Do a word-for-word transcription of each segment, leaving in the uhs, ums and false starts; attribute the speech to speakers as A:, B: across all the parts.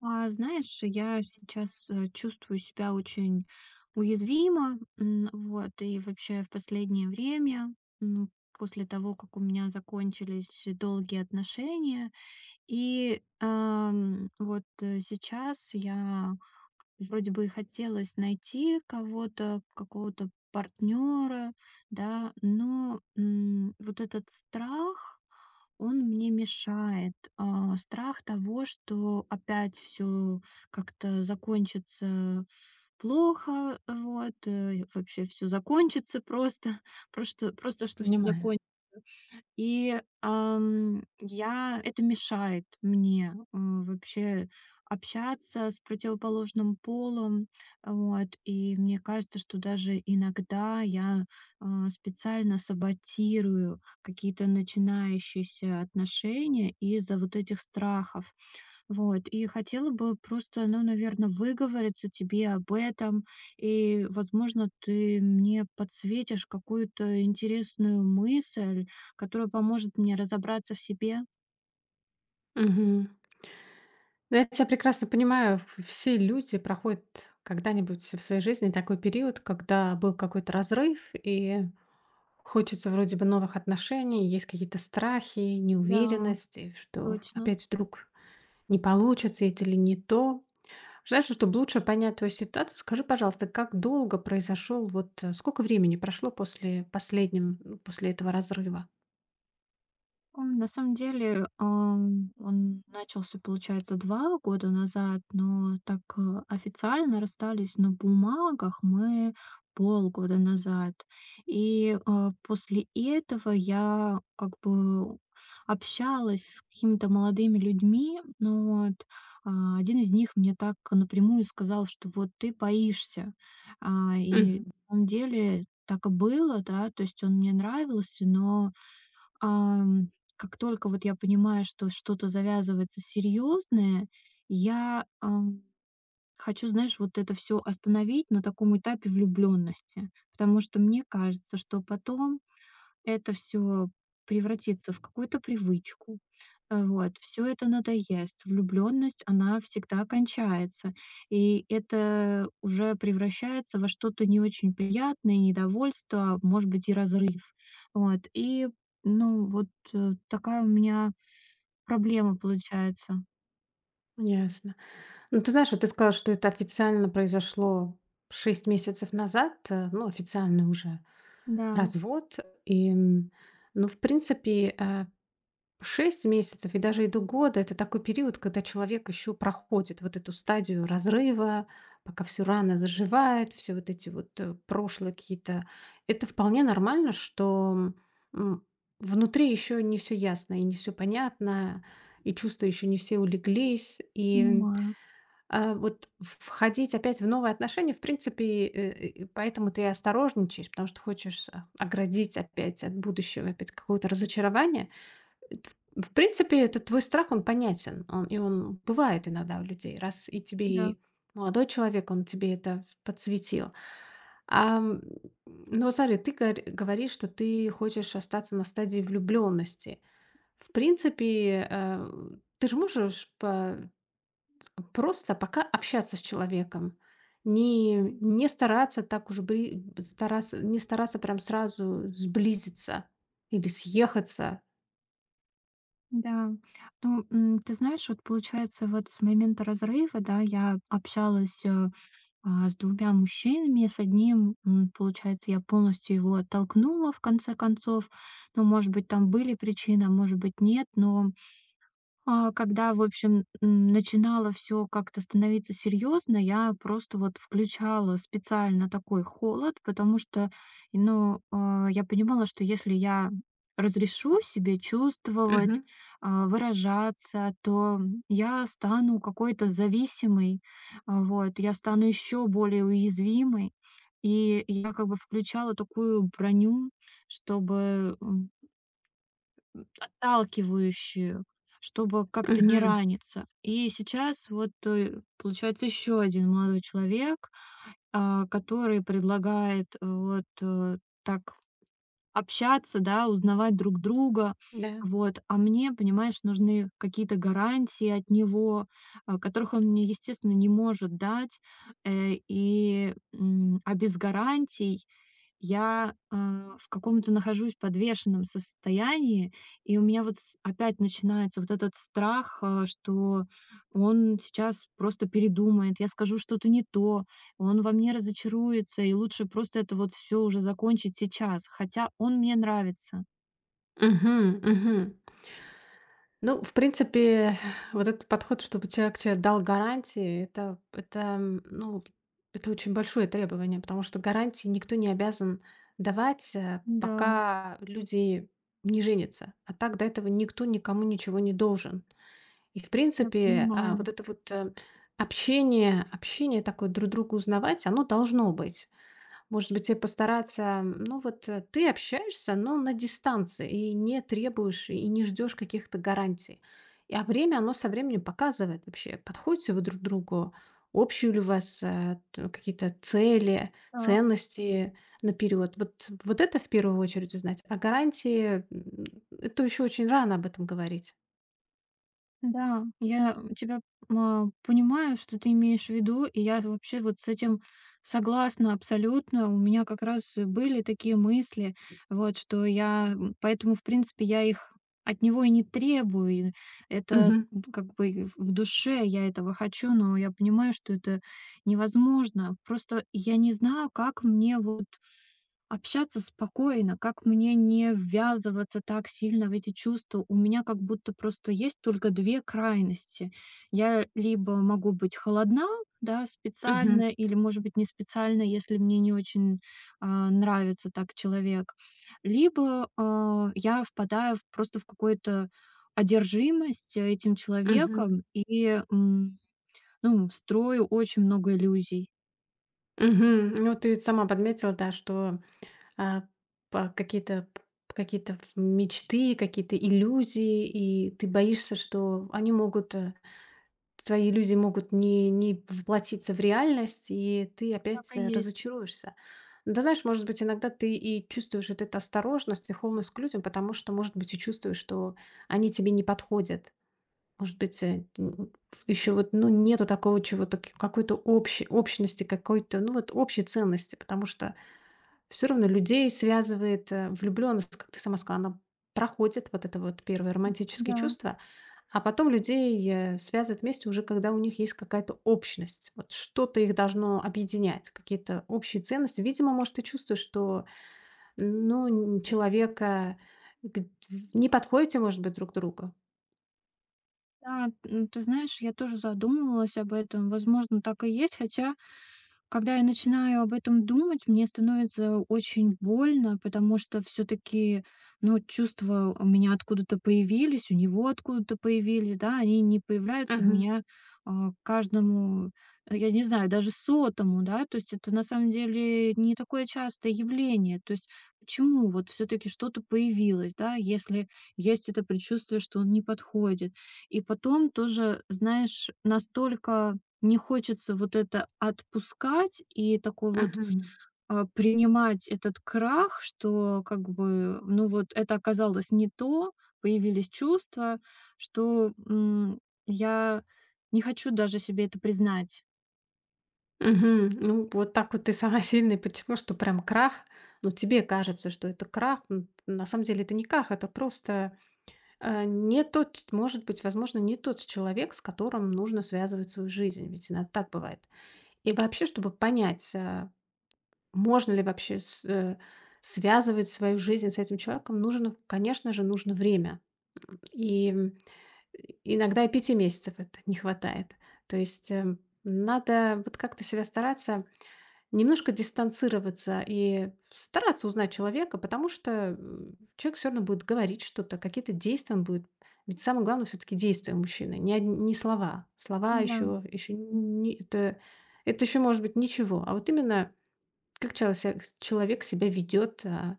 A: А, знаешь, я сейчас, э, чувствую себя очень уязвимо, м, вот, и вообще в последнее время, ну, после того, как у меня закончились долгие отношения, и, ам, вот, э, сейчас я вроде бы и хотелось найти кого-то, какого-то партнера, да, но, м, вот этот страх, он мне мешает. А, страх того, что опять все как-то закончится плохо, вот, э, вообще все закончится просто, просто просто что все
B: Понимаю.
A: закончится и, ам, я это мешает мне, м, вообще общаться с противоположным полом. Вот, и мне кажется, что даже иногда я, а, специально саботирую какие-то начинающиеся отношения из-за вот этих страхов. Вот, и хотела бы просто, ну, наверное, выговориться тебе об этом. И, возможно, ты мне подсветишь какую-то интересную мысль, которая поможет мне разобраться в себе.
B: Мгм. Ну, я тебя прекрасно понимаю. В- Все люди проходят когда-нибудь в своей жизни такой период, когда был какой-то разрыв, и хочется вроде бы новых отношений, есть какие-то страхи,
A: Да,
B: неуверенность, и что
A: точно.
B: опять вдруг не получится это или не то. Знаешь, вот чтобы лучше понять твою ситуацию, скажи, пожалуйста, как долго произошел, вот э, сколько времени прошло после последнего, ну, после этого разрыва?
A: М, на самом деле, ам, он начался, получается, два года назад, но так, э, официально расстались на бумагах мы полгода назад. И, а, после этого я как бы общалась с какими-то молодыми людьми, но вот, а, один из них мне так напрямую сказал, что вот ты боишься. А, и на
B: Мгм.
A: самом деле так и было, да, то есть он мне нравился, но Ам, как только вот я понимаю, что что-то завязывается серьезное, я, ам, хочу, знаешь, вот это все остановить на таком этапе влюблённости. Потому что мне кажется, что потом это все превратится в какую-то привычку. Э, вот. Все это надоест. Влюблённость, она всегда кончается. И это уже превращается во что-то не очень приятное, недовольство, а, может быть, и разрыв. Вот. И, ну, вот, э, такая у меня проблема получается.
B: Ясно. Ну, ты знаешь, вот ты сказала, что это официально произошло шесть месяцев назад, э, ну, официальный уже
A: Да,
B: развод. И, м, ну, в принципе, э, шесть месяцев и даже и до года – это такой период, когда человек еще проходит вот эту стадию разрыва, пока все рано заживает, все вот эти вот э, прошлые какие-то. Это вполне нормально, что м, внутри еще не все ясно и не все понятно, и чувства еще не все улеглись. И
A: понимаю.
B: а, вот входить опять в новые отношения, в принципе, э, и поэтому ты и осторожничаешь, потому что хочешь, а, оградить опять от будущего, опять какого-то разочарования. в в принципе, этот твой страх, он понятен, он и он бывает иногда у людей, раз и тебе
A: Да,
B: и молодой человек, он тебе это подсветил. Ам, но вот смотри, ты гор говоришь, что ты хочешь остаться на стадии влюблённости. В принципе, э, ты же можешь по просто пока общаться с человеком. Не, не стараться так уж бри стараться не стараться прям сразу сблизиться или съехаться.
A: да. Ну, м, ты знаешь, вот получается, вот с момента разрыва, да, я общалась, э А, с двумя мужчинами, с одним, м, получается, я полностью его оттолкнула в конце концов. Ну, может быть, там были причины, а может быть, нет, но а, когда, в общем, м, начинало все как-то становиться серьезно, я просто вот включала специально такой холод, потому что, ну, а, я понимала, что если я разрешу себе чувствовать,
B: Мгм,
A: а, выражаться, то я стану какой-то зависимой, а, вот, я стану еще более уязвимой. И я как бы включала такую броню, чтобы, м, отталкивающую, чтобы как-то не
B: мгм.
A: раниться. И сейчас вот, э, получается, еще один молодой человек, а, который предлагает э, вот, э, так общаться, да, узнавать друг друга.
B: Да.
A: Вот. А мне, понимаешь, нужны какие-то гарантии от него, а, которых он мне, естественно, не может дать. Э, и, м, а без гарантий я, а, в каком-то нахожусь подвешенном состоянии, и у меня вот с опять начинается вот этот страх, а, что он сейчас просто передумает, я скажу что-то не то, он во мне разочаруется, и лучше просто это вот все уже закончить сейчас, хотя он мне нравится.
B: Мгм, мгм. Ну, в принципе, вот этот подход, чтобы человек тебе дал гарантии, это это, м, ну, это очень большое требование, потому что гарантии никто не обязан давать, э,
A: Да,
B: пока люди не женятся. А так до этого никто никому ничего не должен. И, в
A: я
B: принципе, а,
A: понимаю.
B: вот это вот, э, общение общение такое, друг друга узнавать, оно должно быть. Может быть, и постараться, ну вот, э, ты общаешься, но на дистанции, и не требуешь, и не ждешь каких-то гарантий. И, а время, оно со временем показывает вообще, подходите вы друг к другу, общие ли у вас, э, т какие-то цели,
A: А
B: ценности наперёд. Вот вот это в первую очередь узнать. А гарантии, м, это еще очень рано об этом говорить.
A: Да, я тебя м, понимаю, что ты имеешь в виду, и я вообще вот с этим согласна абсолютно. У меня как раз и были такие мысли, вот что я, м, поэтому, в принципе, я их от него и не требую. И это
B: Мгм.
A: м, как бы и в в душе я этого хочу, но я понимаю, что это невозможно. Просто я не знаю, как мне вот общаться спокойно, как мне не ввязываться так сильно в эти чувства? У меня как будто просто есть только две крайности. Я либо могу быть холодна, да,
B: Мгм.
A: специально, или, может быть, не специально, если мне не очень, а, нравится так человек, либо, а, я впадаю в просто в какую-то одержимость этим
B: Мгм.
A: человеком и, м, ну, строю очень много иллюзий.
B: Мгм. Ну, ты ведь сама подметила, да, что, а, па какие-то какие-то ф мечты, какие-то иллюзии, и ты боишься, что они могут, э, твои иллюзии могут не не воплотиться в реальность, и ты опять,
A: Так и
B: э,
A: есть.
B: разочаруешься. Да, знаешь, может быть, иногда ты и чувствуешь вот эту осторожность и холодность к людям, потому что, может быть, и чувствуешь, что они тебе не подходят. Может быть, э, еще вот, ну, нету такого чего-то, к какой-то общей общности, какой-то, ну, вот общей ценности, потому что все равно людей связывает, э, влюблённость, как ты сама сказала, она проходит, вот это вот первые романтические
A: Да.
B: чувства, а потом людей, э, связывает вместе уже, когда у них есть какая-то общность. Вот что-то их должно объединять, какие-то общие ценности. Видимо, может, ты чувствуешь, что, ну, н человека, э, г не подходите, может быть, друг другу.
A: Да, м, ты знаешь, я тоже задумывалась об этом. Возможно, так и есть, хотя когда я начинаю об этом думать, мне становится очень больно, потому что все-таки, ну, чувства у меня откуда-то появились, у него откуда-то появились, да, они не появляются у
B: Мгм.
A: меня а, к каждому, э, я не знаю, даже сотому, да, то есть это на самом деле не такое частое явление, то есть почему вот все-таки что-то появилось, да, если есть это предчувствие, что он не подходит, и потом тоже, знаешь, настолько не хочется вот это отпускать и такой вот,
B: Мгм.
A: а, принимать этот крах, что как бы, ну вот это оказалось не то, появились чувства, что, м, я не хочу даже себе это признать.
B: Мгм. Ну, вот так вот ты сама сильно и подчеркнула, что прям крах. Ну, тебе кажется, что это крах. М, На самом деле это не крах, это просто э, не тот, ч- может быть, возможно, не тот человек, с которым нужно связывать свою жизнь. Ведь иногда так бывает. И вообще, чтобы понять, э, можно ли вообще с- э, связывать свою жизнь с этим человеком, нужно, конечно же, нужно время. И м, Иногда и пяти месяцев это не хватает. То есть э, надо вот как-то себя стараться немножко дистанцироваться и стараться узнать человека, потому что, м, человек все равно будет говорить что-то, какие-то действия он будет. Ведь самое главное все таки действия мужчины, не од не слова. Слова
A: Да.
B: еще еще не это, это еще может быть ничего, а вот именно как чело человек себя ведет, а,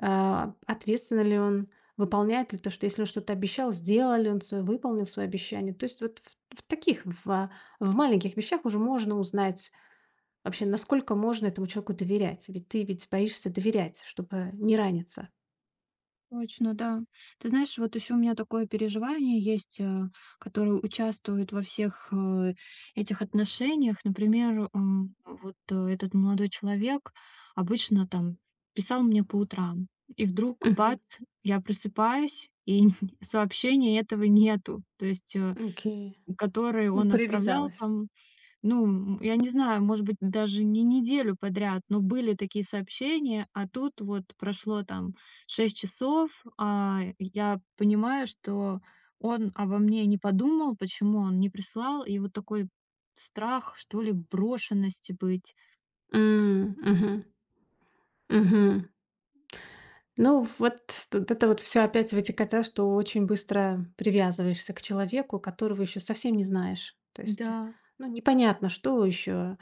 B: а, ответственно ли он, выполняет ли то, что если он что-то обещал, сделал ли он свое, выполнил свое обещание. То есть вот в в таких, в а, в маленьких вещах уже можно узнать вообще, насколько можно этому человеку доверять? Ведь ты ведь боишься доверять, чтобы не раниться.
A: Точно, да. Ты знаешь, вот еще у меня такое переживание есть, э, которое участвует во всех э, этих отношениях. Например, м, вот э, этот молодой человек обычно там писал мне по утрам, и вдруг
B: Мгм.
A: бац, я просыпаюсь, и сообщения этого нету, то есть, э,
B: Окей.
A: которые
B: Ну,
A: он отправлял
B: привязалась.
A: там ну, м, я не знаю, может быть, даже не неделю подряд, но были такие сообщения, а тут вот прошло там шесть часов, а я понимаю, что он обо мне не подумал, почему он не прислал, и вот такой страх, что ли, брошенности быть.
B: М, мгм, мгм. Ну, вот тут это вот все опять вытекает, от, что очень быстро привязываешься к человеку, которого еще совсем не знаешь. То есть,
A: Да,
B: ну, непонятно, что еще.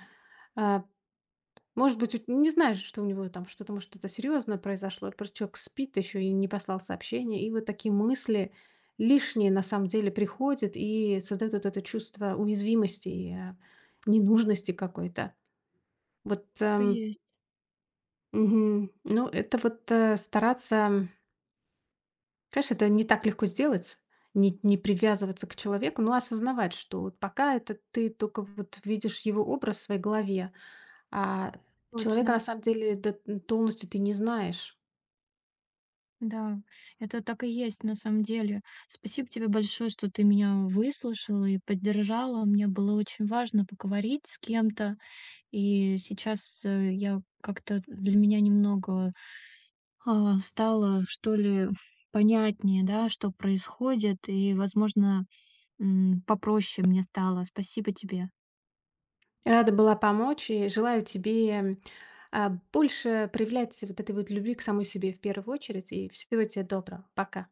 B: Может быть, ут не знаешь, что у него там что-то, может, что-то серьезное произошло. Просто человек спит, еще и не послал сообщение. И вот такие мысли лишние на самом деле приходят и создают вот это чувство уязвимости и, а, ненужности какой-то. Вот,
A: так и
B: эм,
A: есть,
B: мгм. Ну, это вот, э, стараться. Конечно, это не так легко сделать, не не привязываться к человеку, но осознавать, что вот пока это ты только вот видишь его образ в своей голове, а человека на
A: точно.
B: самом деле до полностью ты не знаешь.
A: Да, это так и есть на самом деле. Спасибо тебе большое, что ты меня выслушала и поддержала. Мне было очень важно поговорить с кем-то. И сейчас, э, я как-то для меня немного, а, стало, что ли, понятнее, да, что происходит, и, возможно, м, попроще мне стало. Спасибо тебе.
B: Рада была помочь и желаю тебе, а, больше проявлять вот этой вот любви к самой себе в первую очередь. И всего тебе доброго. Пока.